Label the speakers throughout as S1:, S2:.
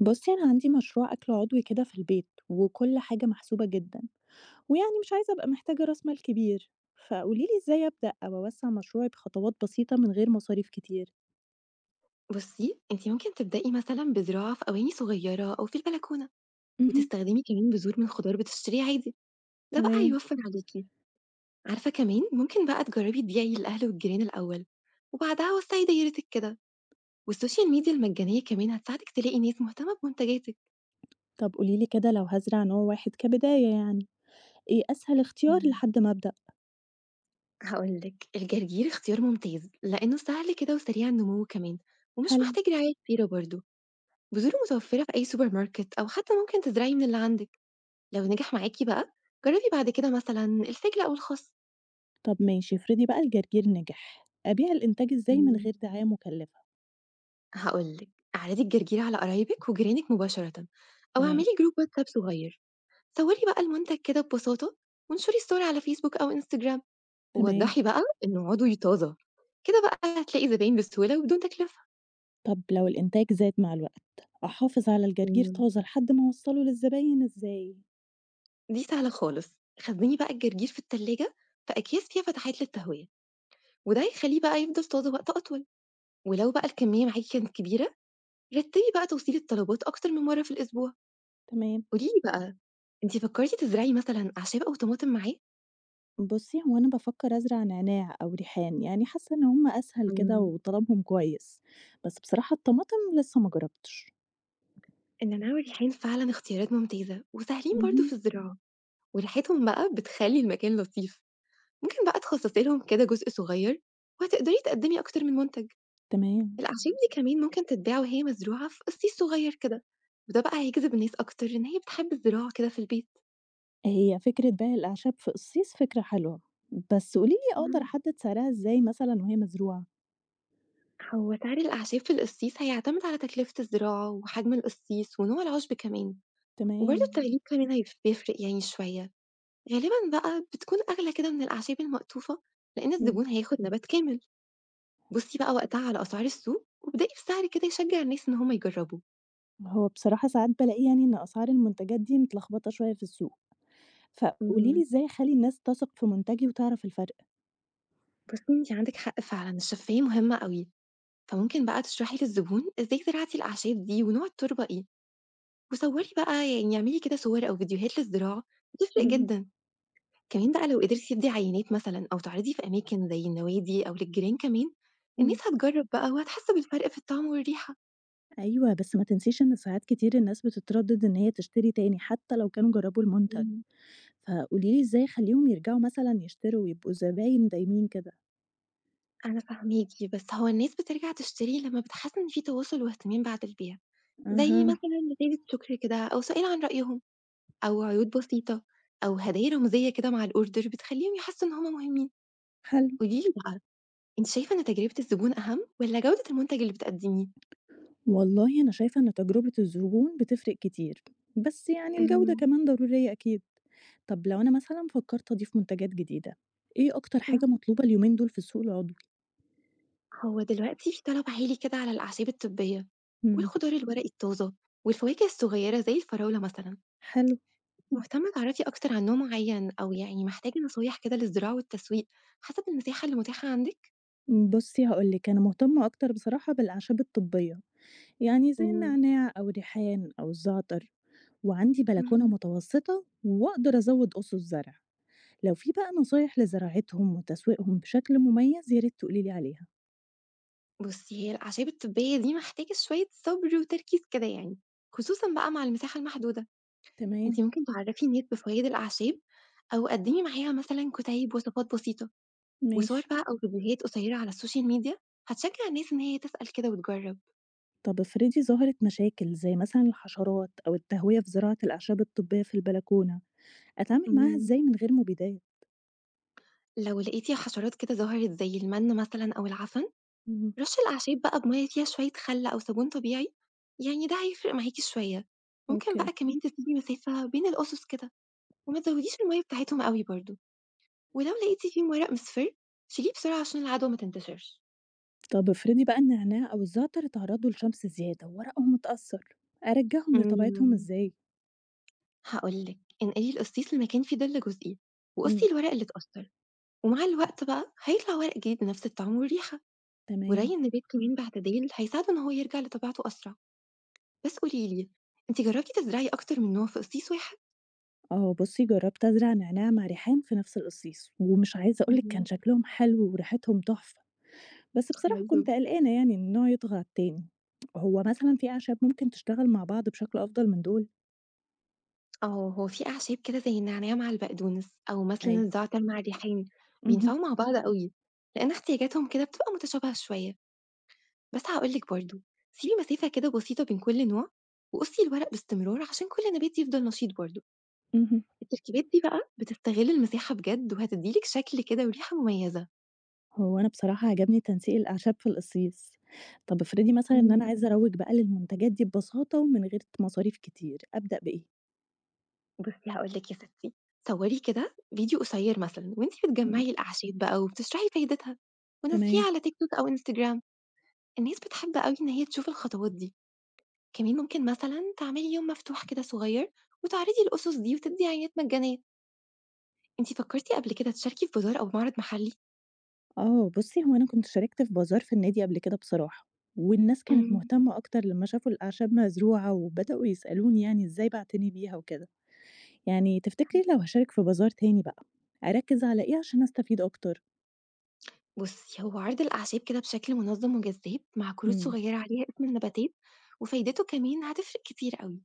S1: بُصّي، أنا عندي مشروع أكل عضوي كده في البيت، وكل حاجة محسوبة جدًا، ويعني مش عايزة أبقى محتاجة راس مال كبير، فقولي لي إزاي أبدأ أو أوسّع مشروعي بخطوات بسيطة من غير مصاريف كتير؟
S2: بُصّي، أنتِ ممكن تبدئي مثلًا بزراعة في أواني صغيّرة أو في البلكونة،
S1: اهم،
S2: وتستخدمي كمان بذور من خضار بتشتريه عادي، ده بقى
S1: تمام.
S2: هيوفّر عليكِ. عارفة كمان ممكن بقى تجرّبي تبيعي للأهل والجيران الأول، وبعدها وسّعي دايرتِك كده، والسوشيال ميديا المجانية كمان هتساعدِك تلاقي ناس مهتمة بمنتجاتِك.
S1: طب قولي لي كده لو هازرع نوع واحد كبداية يعني، إيه أسهل اختيار
S2: إمم.
S1: لحد ما أبدأ؟
S2: هاقول لِك، الجرجير اختيار ممتاز، لإنه سهل كده وسريع النمو كمان، ومش
S1: حلو.
S2: محتاج رعاية كتيرة برضه، بذوره متوفّرة في أي سوبر ماركت أو حتى ممكن تزرعي من اللي عندِك. لو نجح معاكِ بقى، جرّبي بعد كده مثلًا الفجل أو الخس.
S1: طب ماشي، افرضي بقى الجرجير نجح، أبيع الإنتاج إزاي من
S2: إمم.
S1: غير دعاية مكلفة؟
S2: هاقول لِك، اعرضي الجرجير على قرايبِك وجيرانِك مباشرة، أو
S1: تمام،
S2: اعملي جروب واتساب صغير، صوري بقى المنتج كده ببساطة وانشري الصورة على فيسبوك أو انستجرام،
S1: تمام.
S2: ووضحي بقى إنه عضوي طازة، كده بقى هتلاقي زباين بسهولة وبدون تكلفة.
S1: طب لو الإنتاج زاد مع الوقت، أحافظ على الجرجير
S2: إمم.
S1: طازة لحد ما أوصّله للزباين إزاي؟
S2: دي سهلة خالص، خزّني بقى الجرجير في التلاجة في أكياس فيها فتحات للتهوية، وده هيخلّيه بقى يفضل طازة وقت أطول، ولو بقى الكمية معاكِ كانت كبيرة رتّبي بقى توصيل الطلبات أكتر من مرّة في الأسبوع،
S1: تمام.
S2: قولي لي بقى أنتِ فكّرتِ تزرعي مثلًا أعشاب أو طماطم معاه؟
S1: بُصّي، هو أنا بافكّر أزرع نعناع أو ريحان، يعني حاسّة إن هم أسهل كده
S2: إمم.
S1: وطلبهم كويس، بس بصراحة الطماطم لسّه ما جرّبتش.
S2: النعناع والريحان فعلًا اختيارات ممتازة وسهلين برضه في
S1: اهم،
S2: الزراعة، وريحتهم بقى بتخلّي المكان لطيف، ممكن بقى تخصّصي لهم كده جزء صغير وهتقدري تقدّمي أكتر من منتج،
S1: تمام.
S2: الأعشاب دي كمان ممكن تتباع وهي مزروعة في قصيص صغير كده، وده بقى هيجذب الناس أكتر إن هي بتحب الزراعة كده في البيت.
S1: هي فكرة بيع الأعشاب في قصيص فكرة حلوة، بس قولي لي أقدر
S2: إمم.
S1: أحدّد سعرها إزاي مثلًا وهي مزروعة؟
S2: هو سعر الأعشاب في القصيص هيعتمد على تكلفة الزراعة وحجم القصيص ونوع العشب كمان. وبرضه
S1: تمام،
S2: التغليف كمان بيفرق يعني شوية، غالبًا بقى بتكون أغلى كده من الأعشاب المقطوفة، لإن
S1: إمم.
S2: الزبون هياخد نبات كامل، بُصي بقى وقتها على أسعار السوق، وابدئي بسعر كده يشجع الناس إن هُم يجربوا.
S1: هو بصراحة ساعات بالاقي يعني إن أسعار المنتجات دي متلخبطة شوية في السوق، فقولي
S2: إمم.
S1: لي إزاي أخلّي الناس تثق في منتجي وتعرف الفرق؟
S2: بُصي أنتِ عندِك حق فعلًا، الشفافية مهمة أوي، فممكن بقى تشرحي للزبون إزاي زرعتِ الأعشاب دي ونوع التربة إيه، وصوري بقى يعني اعملي كده صور أو فيديوهات للزراعة، بتفرق
S1: اهم،
S2: جدًا. كمان بقى لو قدرتِ تدّي عينات مثلًا أو تعرضي في أماكن زي النوادي أو للجيران كمان، الناس
S1: إمم.
S2: هتجرّب بقى وهتحس بالفرق في الطعم والريحة.
S1: أيوه، بس ما تنسيش إن ساعات كتير الناس بتتردد إن هي تشتري تاني حتى لو كانوا جربوا المنتج،
S2: إمم.
S1: فقولي لي إزاي أخلّيهم يرجعوا مثلًا يشتروا ويبقوا زباين دايمين كده؟
S2: أنا فاهماكِ، بس هو الناس بترجع تشتري لمّا بتحس إن في تواصل واهتمام بعد البيع، زي
S1: أها،
S2: مثلًا رسالة شكر كده أو سؤال عن رأيهم أو عروض بسيطة أو هدايا رمزية كده مع الorder بتخلّيهم يحسّوا إن هم مهمين.
S1: حلو.
S2: قولي لي بقى، أنتِ شايفة إن تجربة الزبون أهم والّا جودة المنتج اللي بتقدّميه؟
S1: والله أنا شايفة إن تجربة الزبون بتفرق كتير، بس يعني الجودة كمان ضرورية أكيد. طب لو أنا مثلًا فكرت أضيف منتجات جديدة، إيه أكتر حاجة
S2: إمم.
S1: مطلوبة اليومين دول في السوق العضوي؟
S2: هو دلوقتي في طلب عالي كده على الأعشاب الطبية
S1: إمم،
S2: والخضار الورقي الطازة والفواكه الصغيرة زي الفراولة مثلا
S1: حلو.
S2: مهتمة تعرفي أكتر عن نوع معين أو يعني محتاجة نصايح كده للزراعة والتسويق حسب المساحة اللي متاحة عندك؟
S1: بُصّي هاقول لِك، أنا مهتمة أكتر بصراحة بالأعشاب الطبية، يعني زي
S2: مم.
S1: النعناع أو الريحان أو الزعتر. وعندي بلكونة
S2: مهم.
S1: متوسطة وأقدر أزود أسس زرع. لو في بقى نصايح لزراعتهم وتسويقهم بشكل مميز ياريت تقوليلي عليها.
S2: بصي هي الأعشاب الطبية دي محتاجة شوية صبر وتركيز كده يعني خصوصا بقى مع المساحة المحدودة
S1: تمام.
S2: انتي ممكن تعرفي نيت بفوائد الأعشاب أو قدمي معاها مثلا كتيب وصفات بسيطة وصور
S1: ماشي.
S2: بقى أو فيديوهات قصيرة على السوشيال ميديا هتشجع الناس إن هي تسأل كده وتجرب.
S1: طب افرضي ظهرت مشاكل زي مثلا الحشرات أو التهوية في زراعة الأعشاب الطبية في البلكونة أتعامل معاها
S2: إمم،
S1: إزاي من غير مبيدات؟
S2: لو لقيتِ حشرات كده ظهرت زي المَن مثلًا أو العفن،
S1: مم.
S2: رشّي الأعشاب بقى بمَيّة فيها شوية خَل أو صابون طبيعي، يعني ده هيفرق معاكِ شوية. ممكن
S1: أوكي.
S2: بقى كمان تسيبي مسافة بين الأُسُس كده، وما تزوّديش المَيّة بتاعتهم أوي برضه، ولو لقيتِ فيهم ورق مِصفِر، شيليه بسرعة عشان العدوى ما تنتشرش.
S1: طب افرضي بقى النعناع أو الزعتر اتعرضوا لشمس زيادة وورقهم اتأثر أرجعهم لطبيعتهم
S2: إمم.
S1: إزاي؟
S2: هاقول لِك، انقلي القصيص لمكان فيه ظِل جزئي، وقصّي
S1: مم.
S2: الورق اللي اتأثّر، ومع الوقت بقى هيطلع ورق جديد بنفس الطعم والريحة،
S1: تمام.
S2: وراعي النبات كمان باعتدال هيساعده إن هو يرجع لطبيعته أسرع. بس قولي لي، أنتِ جرّبتِ تزرعي أكتر من نوع في قصيص واحد؟
S1: آه بُصّي، جرّبت أزرع نعناع مع ريحان في نفس القصيص، ومش عايزة أقول لِك كان
S2: اهم،
S1: شكلهم حلو وريحتهم تحفة، بس بصراحة
S2: حلو.
S1: كنت قلقانة يعني إن نوع يطغى على التاني. هو مثلًا في أعشاب ممكن تشتغل مع بعض بشكل أفضل من دول؟
S2: آه، هو في أعشاب كده زي النعناع مع البقدونس، أو مثلًا
S1: أيوه،
S2: الزعتر مع الريحان،
S1: اهم،
S2: بينفعوا مع بعض أوي، لإن احتياجاتهم كده بتبقى متشابهة شوية، بس هاقول لِك برضه، سيبي مسافة كده بسيطة بين كل نوع، وقصي الورق باستمرار عشان كل نبات يفضل نشيط برضه،
S1: اهم.
S2: التركيبات دي بقى بتستغل المساحة بجد وهتدّي لِك شكل كده وريحة مميزة.
S1: هو أنا بصراحة عجبني تنسيق الأعشاب في القصيص. طب افرضي مثلًا إن أنا عايزة أروّج بقى للمنتجات دي ببساطة ومن غير مصاريف كتير، أبدأ بإيه؟
S2: بُصّي هاقول لِك يا ستّي، صوّري كده فيديو قصيّر مثلًا وأنتِ
S1: إمم،
S2: بتجمّعي الأعشاب بقى وبتشرحي فايدتها، ونزّليه
S1: تمام.
S2: على تيك توك أو إنستجرام، الناس بتحب أوي إن هي تشوف الخطوات دي، كمان ممكن مثلًا تعملي يوم مفتوح كده صغيّر وتعرضي الأُسس دي وتدّي عينات مجانية، أنتِ فكّرتِ قبل كده تشاركي في بازار أو معرض محلي؟
S1: آه، بُصّي هو أنا كنت شاركت في بازار في النادي قبل كده بصراحة، والناس كانت
S2: إمم،
S1: مهتمة أكتر لمّا شافوا الأعشاب مزروعة، وبدأوا يسألوني يعني إزاي باعتني بيها وكده. يعني تفتكري لو هاشارك في بازار تاني بقى، أركّز على إيه عشان أستفيد أكتر؟
S2: بُصّي هو عرض الأعشاب كده بشكل منظّم وجذاب مع كروت
S1: إمم،
S2: صغيّرة عليها اسم النباتات وفايدته كمان هتفرق كتير أوي.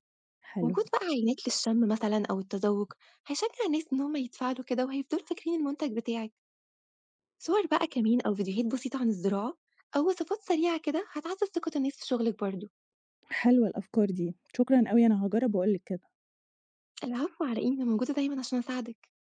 S1: حلو.
S2: وجود بقى عينات للشم مثلًا أو التذوق، هيشجّع الناس إن هم يتفاعلوا كده وهيفضلوا فاكرين المنتج بتاعِك. صور بقى كمان أو فيديوهات بسيطة عن الزراعة أو وصفات سريعة كده هتعزّز ثقة الناس في شغلِك برضه.
S1: حلوة الأفكار دي، شكرًا أوي أنا هاجرّب وأقول لِك كده.
S2: العفو على إيه، أنا موجودة دايمًا عشان أساعدِك.